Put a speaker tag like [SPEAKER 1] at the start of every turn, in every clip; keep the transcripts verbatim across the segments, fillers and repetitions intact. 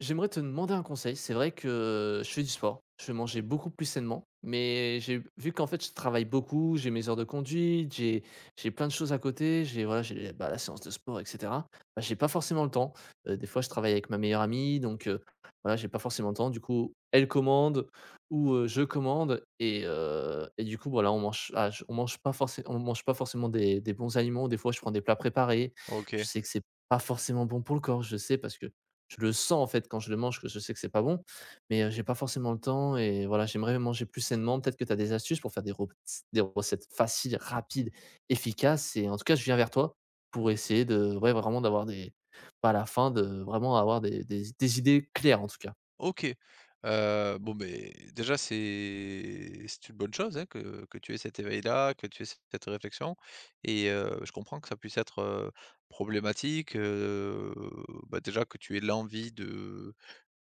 [SPEAKER 1] J'aimerais te demander un conseil. C'est vrai que je fais du sport, je mangeais beaucoup plus sainement, mais j'ai vu qu'en fait je travaille beaucoup, j'ai mes heures de conduite, j'ai j'ai plein de choses à côté, j'ai voilà, j'ai bah, la séance de sport, et cetera. Bah, j'ai pas forcément le temps. Euh, des fois, je travaille avec ma meilleure amie, donc euh, voilà, j'ai pas forcément le temps. Du coup, elle commande ou euh, je commande, et, euh, et du coup, voilà, on mange, ah, je- on mange pas forcément, on mange pas forcément des, des bons aliments. Des fois, je prends des plats préparés. Je
[SPEAKER 2] OK.
[SPEAKER 1] sais que c'est pas forcément bon pour le corps, je sais parce que je le sens en fait quand je le mange que je sais que c'est pas bon, mais heu, j'ai pas forcément le temps et voilà, j'aimerais manger plus sainement. Peut-être que tu as des astuces pour faire des rec des recettes faciles, rapides, efficaces et en tout cas, je viens vers toi pour essayer de ouais, vraiment d'avoir des pas à la fin de vraiment avoir des des des idées claires en tout cas.
[SPEAKER 2] OK. Heu, bon, mais déjà, c'est c'est une bonne chose, hein, que que tu aies cet éveil-là, que tu aies cette réflexion et heu, je comprends que ça puisse être, heu, problématique, heu, bah, déjà que tu aies l'envie de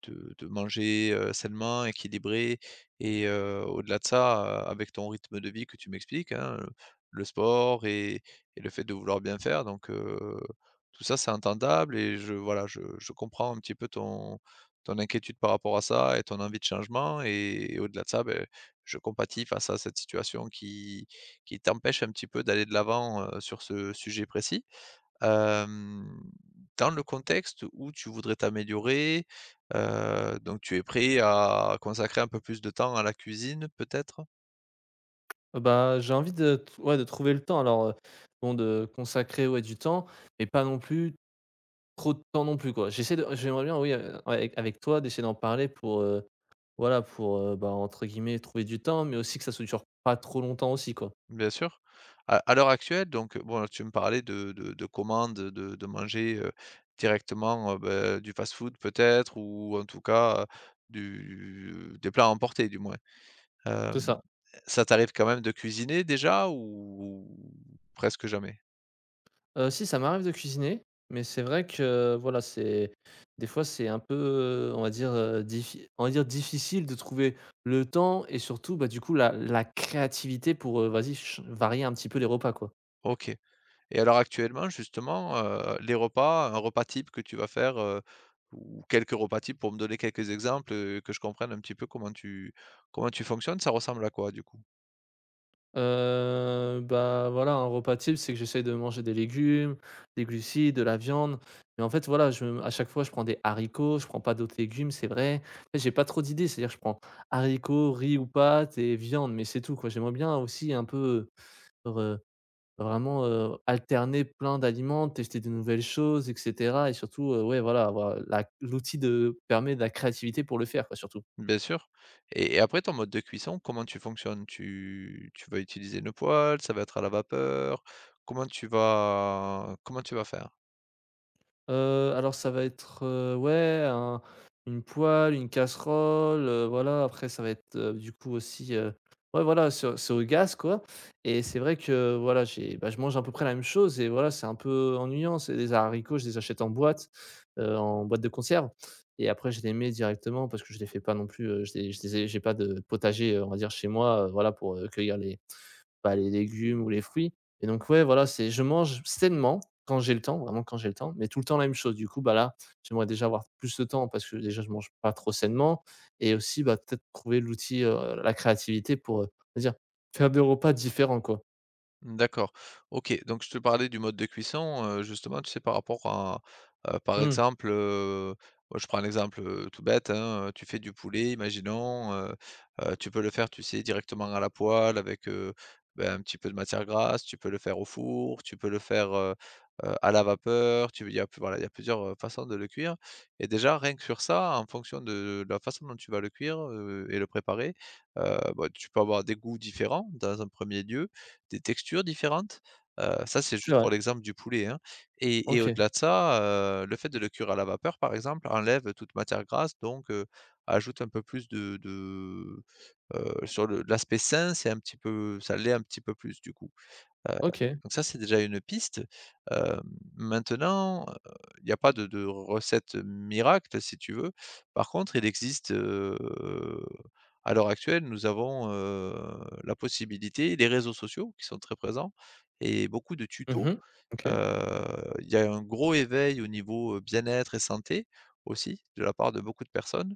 [SPEAKER 2] de de manger, heu, sainement, équilibré et heu, au-delà de ça, heu, avec ton rythme de vie que tu m'expliques, hein, le sport et et le fait de vouloir bien faire donc heu, tout ça, c'est entendable et je voilà, je je comprends un petit peu ton ton inquiétude par rapport à ça et ton envie de changement et au-delà de ça, ben je compatis face à cette situation qui qui t'empêche un petit peu d'aller de l'avant, heu, sur ce sujet précis. Hem, Dans le contexte où tu voudrais t'améliorer, heu, donc tu es prêt à consacrer un peu plus de temps à la cuisine peut-être?
[SPEAKER 1] Heu, bah, j'ai envie de t ouais, de trouver le temps alors, heu, bon de consacrer, ouais, du temps, mais pas non plus trop de temps non plus quoi. J'essaie de j'aimerais bien oui, heu, ouais, avec avec toi d'essayer d'en parler pour, heu, voilà pour, heu, bah, entre guillemets «trouver du temps», mais aussi que ça se dure pas trop longtemps aussi quoi.
[SPEAKER 2] Bien sûr. À à l'heure actuelle, donc bon, tu me parlais de de de commandes, de de manger, heu, directement, heu, bah, du fast-food peut-être ou en tout cas, heu, du des plats emportés, du moins.
[SPEAKER 1] C'est
[SPEAKER 2] Hem,
[SPEAKER 1] ça.
[SPEAKER 2] Ça t'arrive quand même de cuisiner déjà ou presque jamais?
[SPEAKER 1] Heu, si ça m'arrive de cuisiner, mais c'est vrai que euh, voilà, c'est des fois c'est un peu, heu, on va dire, heu, diffi on va dire difficile de trouver le temps et surtout, bah, du coup la la créativité pour, heu, vas-y ch varier un petit peu les repas quoi.
[SPEAKER 2] OK. Et alors actuellement justement, heu, les repas, un repas type que tu vas faire, heu, ou quelques repas types pour me donner quelques exemples, heu, que je comprenne un petit peu comment tu comment tu fonctionnes, ça ressemble à quoi du coup?
[SPEAKER 1] Heu, bah, voilà, un repas type, c'est que j'essaye de manger des légumes, des glucides, de la viande. Mais en fait, voilà, je à chaque fois, je prends des haricots, je prends pas d'autres légumes, c'est vrai. En fait, j'ai pas trop d'idées, c'est-à-dire que je prends haricots, riz ou pâtes et viande, mais c'est tout, quoi. J'aimerais bien aussi un peu, heu, vraiment, heu, alterner plein d'aliments, tester de nouvelles choses et cetera et surtout, heu, ouais, voilà, avoir la l'outil de permet de la créativité pour le faire, quoi, surtout.
[SPEAKER 2] Bien sûr. et et après ton mode de cuisson, comment tu fonctionnes? Tu tu vas utiliser le poêle, ça va être à la vapeur? Comment tu vas comment tu vas faire?
[SPEAKER 1] Heu, alors ça va être, heu, ouais, un une poêle, une casserole, heu, voilà. Après ça va être, heu, du coup aussi, heu, ouais voilà, sur au c'est au gaz quoi et c'est vrai que voilà, j'ai bah, je mange à peu près la même chose et voilà, c'est un peu ennuyant. C'est des haricots, je les achète en boîte, heu, en boîte de conserve et après je les mets directement parce que je les fais pas non plus, heu, je les je les ai j'ai pas de potager, heu, on va dire chez moi, heu, voilà pour, heu, cueillir les bah, les légumes ou les fruits et donc ouais, voilà, c'est je mange sainement quand j'ai le temps, vraiment quand j'ai le temps, mais tout le temps la même chose. Du coup, bah, là, j'aimerais déjà avoir plus de temps parce que déjà je mange pas trop sainement et aussi, bah, peut-être trouver l'outil, heu, la créativité pour, heu, dire, faire des repas différents, quoi.
[SPEAKER 2] D'accord. OK, donc je te parlais du mode de cuisson, heu, justement, tu sais, par rapport à, heu, par
[SPEAKER 1] Mmh,
[SPEAKER 2] exemple, heu, moi je prends l'exemple, heu, tout bête, hein, heu, tu fais du poulet, imaginons, heu heu, tu peux le faire, tu sais, directement à la poêle avec, heu, beh, un petit peu de matière grasse, tu peux le faire au four, tu peux le faire, heu heu, à la vapeur, tu il y a voilà, il y a plusieurs, heu, façons de le cuire et déjà rien que sur ça, en fonction de la façon dont tu vas le cuire, heu et le préparer, heu, bah, tu peux avoir des goûts différents dans un premier lieu, des textures différentes. Heu, ça, c'est
[SPEAKER 1] c'est
[SPEAKER 2] juste
[SPEAKER 1] vrai.
[SPEAKER 2] pour l'exemple du poulet, hein. Et et
[SPEAKER 1] OK,
[SPEAKER 2] au-delà de ça, heu, le fait de le cuire à la vapeur, par exemple, enlève toute matière grasse, donc heu, ajoute un peu plus de de, heu, sur le l'aspect sain, c'est un petit peu ça l'est un petit peu plus, du coup. Heu,
[SPEAKER 1] OK.
[SPEAKER 2] donc ça, c'est déjà une piste. Hem, Maintenant, heu, il y a pas de de recette miracle, si tu veux. Par contre, il existe, heu, à l'heure actuelle, nous avons, heu, la possibilité les réseaux sociaux qui sont très présents et beaucoup de tutos.
[SPEAKER 1] Mmh. OK.
[SPEAKER 2] Heu, il y a un gros éveil au niveau, heu, bien-être et santé aussi de la part de beaucoup de personnes.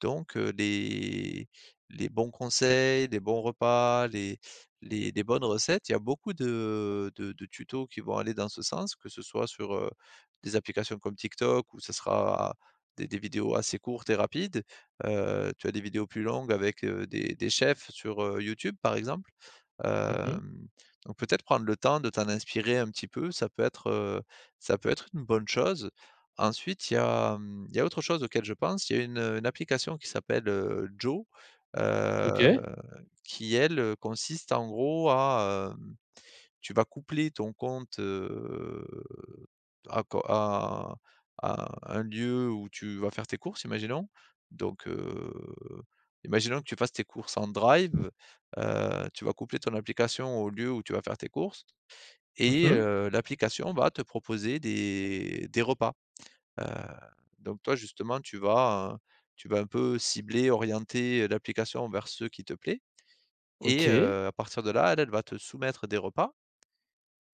[SPEAKER 2] Donc heu, les les bons conseils, les bons repas, les les les bonnes recettes, il y a beaucoup de de de tutos qui vont aller dans ce sens, que ce soit sur, heu, des applications comme TikTok où ce sera des des vidéos assez courtes et rapides. Heu, tu as des vidéos plus longues avec, heu, des des chefs sur, heu, YouTube, par exemple.
[SPEAKER 1] Mmh.
[SPEAKER 2] Hem, donc peut-être prendre le temps de t'en inspirer un petit peu, ça peut être, heu, ça peut être une bonne chose. Ensuite, il y a, mmh, il y a autre chose auquel je pense, il y a une, une application qui s'appelle, heu, Joe, heu,
[SPEAKER 1] OK.
[SPEAKER 2] qui elle, consiste en gros à, hem, tu vas coupler ton compte, heu à co à à un lieu où tu vas faire tes courses, imaginons. Donc, heu, imaginons que tu fasses tes courses en drive, heu, tu vas coupler ton application au lieu où tu vas faire tes courses et
[SPEAKER 1] Mmh.
[SPEAKER 2] heu, l'application va te proposer des des repas. Heu, donc toi, justement, tu vas, heu, tu vas un peu cibler, orienter l'application vers ceux qui te plaît et
[SPEAKER 1] OK.
[SPEAKER 2] heu, à partir de là, elle, elle va te soumettre des repas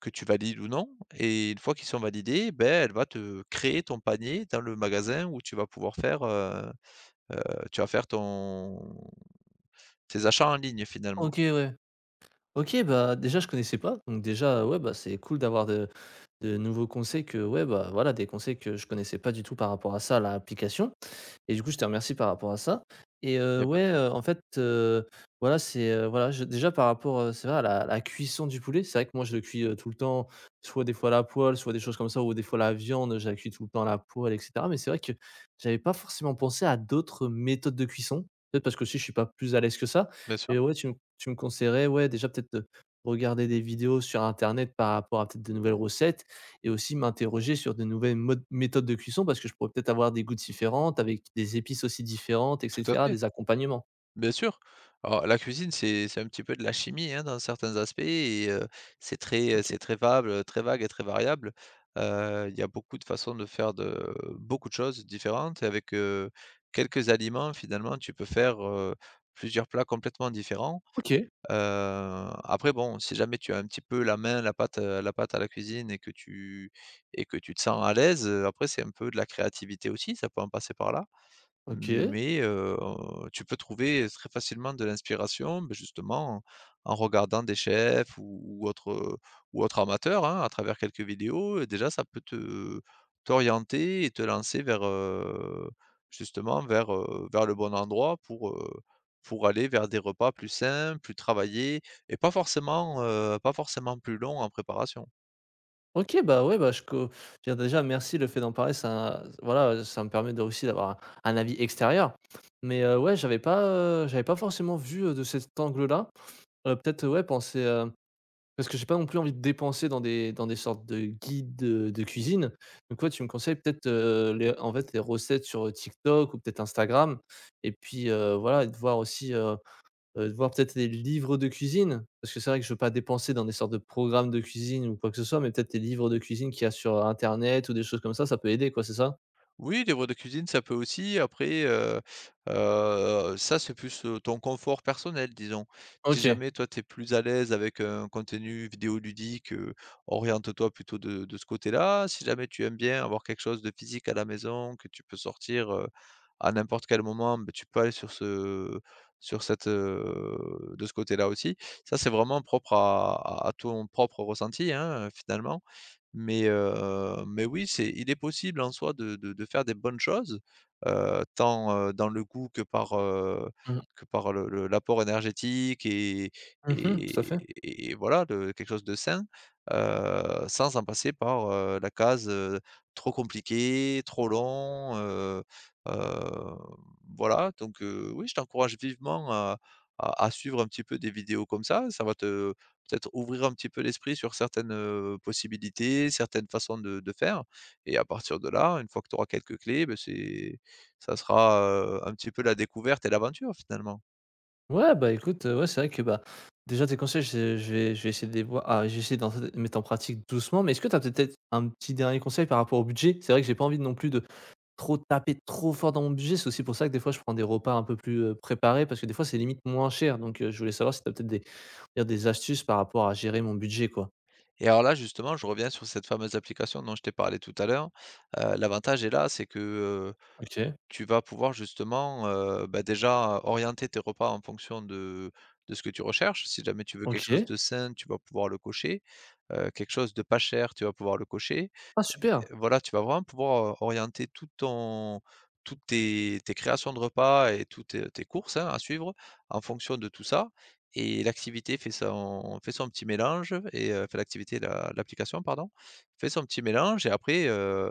[SPEAKER 2] que tu valides ou non et une fois qu'ils sont validés, ben, elle va te créer ton panier dans le magasin où tu vas pouvoir faire, heu heu, tu vas faire ton tes achats en ligne finalement.
[SPEAKER 1] OK, ouais. OK, bah, déjà je connaissais pas, donc déjà, ouais, bah, c'est cool d'avoir de de nouveaux conseils que ouais, bah, voilà, des conseils que je connaissais pas du tout par rapport à ça, à l'application et du coup, je te remercie par rapport à ça et
[SPEAKER 2] Il
[SPEAKER 1] heu,
[SPEAKER 2] y a pas de
[SPEAKER 1] ouais,
[SPEAKER 2] quoi.
[SPEAKER 1] heu, en fait, heu, voilà, c'est, heu, voilà, je déjà par rapport, heu, c'est vrai à la la cuisson du poulet, c'est vrai que moi, je le cuis, heu, tout le temps, soit des fois à la poêle, soit des choses comme ça ou des fois la viande, je la cuis tout le temps à la poêle et cetera mais c'est vrai que j'avais pas forcément pensé à d'autres méthodes de cuisson. Peut-être parce que aussi je suis pas plus à l'aise que ça
[SPEAKER 2] Bien sûr,
[SPEAKER 1] mais ouais, tu me tu me conseillerais, ouais, déjà peut-être, heu, regarder des vidéos sur internet par rapport à peut-être de nouvelles recettes et aussi m'interroger sur de nouvelles modes méthodes de cuisson parce que je pourrais peut-être avoir des goûts différentes avec des épices aussi différentes et
[SPEAKER 2] tout à
[SPEAKER 1] cetera,
[SPEAKER 2] fait.
[SPEAKER 1] des accompagnements.
[SPEAKER 2] Bien sûr. Alors la cuisine, c'est c'est un petit peu de la chimie, hein, dans certains aspects et heu, c'est très,
[SPEAKER 1] OK.
[SPEAKER 2] c'est très vague, très vague et très variable. Heu, il y a beaucoup de façons de faire de beaucoup de choses différentes et avec, heu, quelques aliments finalement tu peux faire, heu, plusieurs plats complètement différents.
[SPEAKER 1] OK,
[SPEAKER 2] Heu, après bon, si jamais tu as un petit peu la main, la pâte, heu, la pâte à la cuisine et que tu et que tu te sens à l'aise, heu, après c'est un peu de la créativité aussi, ça peut en passer par là.
[SPEAKER 1] OK,
[SPEAKER 2] Mais, heu, tu peux trouver très facilement de l'inspiration, beh, justement, en en regardant des chefs ou ou autres, ou autres amateurs, hein, à travers quelques vidéos, et déjà ça peut te t'orienter et te lancer vers, heu, justement vers, heu, vers le bon endroit pour, heu, pour aller vers des repas plus sains, plus travaillés et pas forcément, heu, pas forcément plus longs en préparation.
[SPEAKER 1] OK, bah, ouais, bah, je co je veux dire déjà merci le fait d'en parler ça voilà, ça me permet de aussi d'avoir un un avis extérieur. Mais, heu, ouais, j'avais pas, heu, j'avais pas forcément vu, heu, de cet angle-là. Heu, peut-être, ouais, penser, hem. Parce que j'ai pas non plus envie de dépenser dans des dans des sortes de guides, heu, de cuisine. Donc ouais, tu me conseilles peut-être, heu, les en fait, les recettes sur, euh, TikTok ou peut-être Instagram et puis, heu, voilà et de voir aussi, heu heu, de voir peut-être des livres de cuisine. Parce que c'est vrai que je veux pas dépenser dans des sortes de programmes de cuisine ou quoi que ce soit, mais peut-être des livres de cuisine qu'il y a sur internet ou des choses comme ça, ça peut aider quoi, c'est ça?
[SPEAKER 2] Oui, livre de cuisine, ça peut aussi. Après, heu heu, ça, c'est plus, heu, ton confort personnel, disons. Si
[SPEAKER 1] OK.
[SPEAKER 2] jamais toi, tu es plus à l'aise avec un contenu vidéoludique, heu, oriente-toi plutôt de de ce côté-là. Si jamais tu aimes bien avoir quelque chose de physique à la maison, que tu peux sortir, heu, à n'importe quel moment, beh, tu peux aller sur ce sur cette, heu de ce côté-là aussi. Ça, c'est vraiment propre à à à ton propre ressenti, hein, finalement. Mais, heu, mais oui, c'est il est possible en soi de de de faire des bonnes choses, heu, tant, heu, dans le goût que par, heu,
[SPEAKER 1] Mmh.
[SPEAKER 2] que par le le l'apport énergétique et
[SPEAKER 1] Mmh. Tout à fait.
[SPEAKER 2] et et voilà, de quelque chose de sain, heu, sans en passer par, heu, la case, heu, trop compliqué, trop long, heu, heu, voilà donc, heu, oui, je t'encourage vivement à à à suivre un petit peu des vidéos comme ça. Ça va te peut-être ouvrir un petit peu l'esprit sur certaines, heu, possibilités, certaines façons de de faire et à partir de là, une fois que tu auras quelques clés, beh, c'est ça sera, heu, un petit peu la découverte et l'aventure finalement.
[SPEAKER 1] Ouais, bah, écoute, heu, ouais, c'est vrai que, bah, déjà tes conseils, je je vais je vais essayer de les voir ah, je vais d'en de mettre en pratique doucement, mais est-ce que tu as peut-être un petit dernier conseil par rapport au budget? C'est vrai que j'ai pas envie non plus de trop taper trop fort dans mon budget. C'est aussi pour ça que des fois, je prends des repas un peu plus, heu, préparés parce que des fois, c'est limite moins cher, donc heu, je voulais savoir si tu as peut-être des, on va dire, des astuces par rapport à gérer mon budget, quoi?
[SPEAKER 2] Et alors là, justement, je reviens sur cette fameuse application dont je t'ai parlé tout à l'heure. Heu, l'avantage est là, c'est que, heu,
[SPEAKER 1] OK.
[SPEAKER 2] tu vas pouvoir justement, heu, bah, déjà orienter tes repas en fonction de de ce que tu recherches. Si jamais tu veux quelque chose
[SPEAKER 1] OK.
[SPEAKER 2] de sain, tu vas pouvoir le cocher, heu, quelque chose de pas cher, tu vas pouvoir le cocher.
[SPEAKER 1] Ah super!
[SPEAKER 2] Voilà, tu vas vraiment pouvoir, heu, orienter tout ton toutes tes tes créations de repas et toutes, heu, tes courses, hein, à suivre en fonction de tout ça et l'activité fait son fait son petit mélange et heu, enfin l'activité, la l'application pardon, fait son petit mélange et après, heu,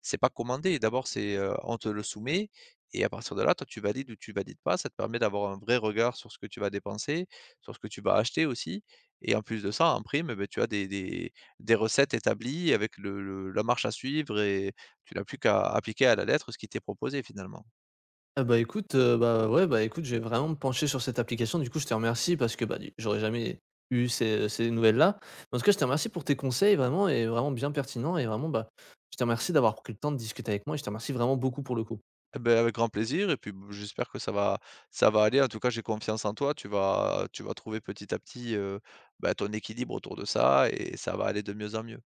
[SPEAKER 2] c'est pas commandé. D'abord c'est, heu, on te le soumet et à partir de là, toi tu valides ou tu valides pas. Ça te permet d'avoir un vrai regard sur ce que tu vas dépenser, sur ce que tu vas acheter aussi et en plus de ça, en prime, beh, tu as des des des recettes établies avec le le la marche à suivre et tu n'as plus qu'à appliquer à la lettre ce qui t'est proposé finalement.
[SPEAKER 1] Ah bah, écoute, heu, bah, ouais, bah, écoute, j'ai vraiment me pencher sur cette application. Du coup, je te remercie parce que, bah, du j'aurais jamais eu ces ces nouvelles-là. En tout cas, je te remercie pour tes conseils vraiment et vraiment bien pertinents et vraiment, bah, je te remercie d'avoir pris le temps de discuter avec moi et je te remercie vraiment beaucoup pour le coup.
[SPEAKER 2] Eh beh, avec grand plaisir et puis b j'espère que ça va ça va aller. En tout cas, j'ai confiance en toi. Tu vas tu vas trouver petit à petit, heu, bah, ton équilibre autour de ça et ça va aller de mieux en mieux.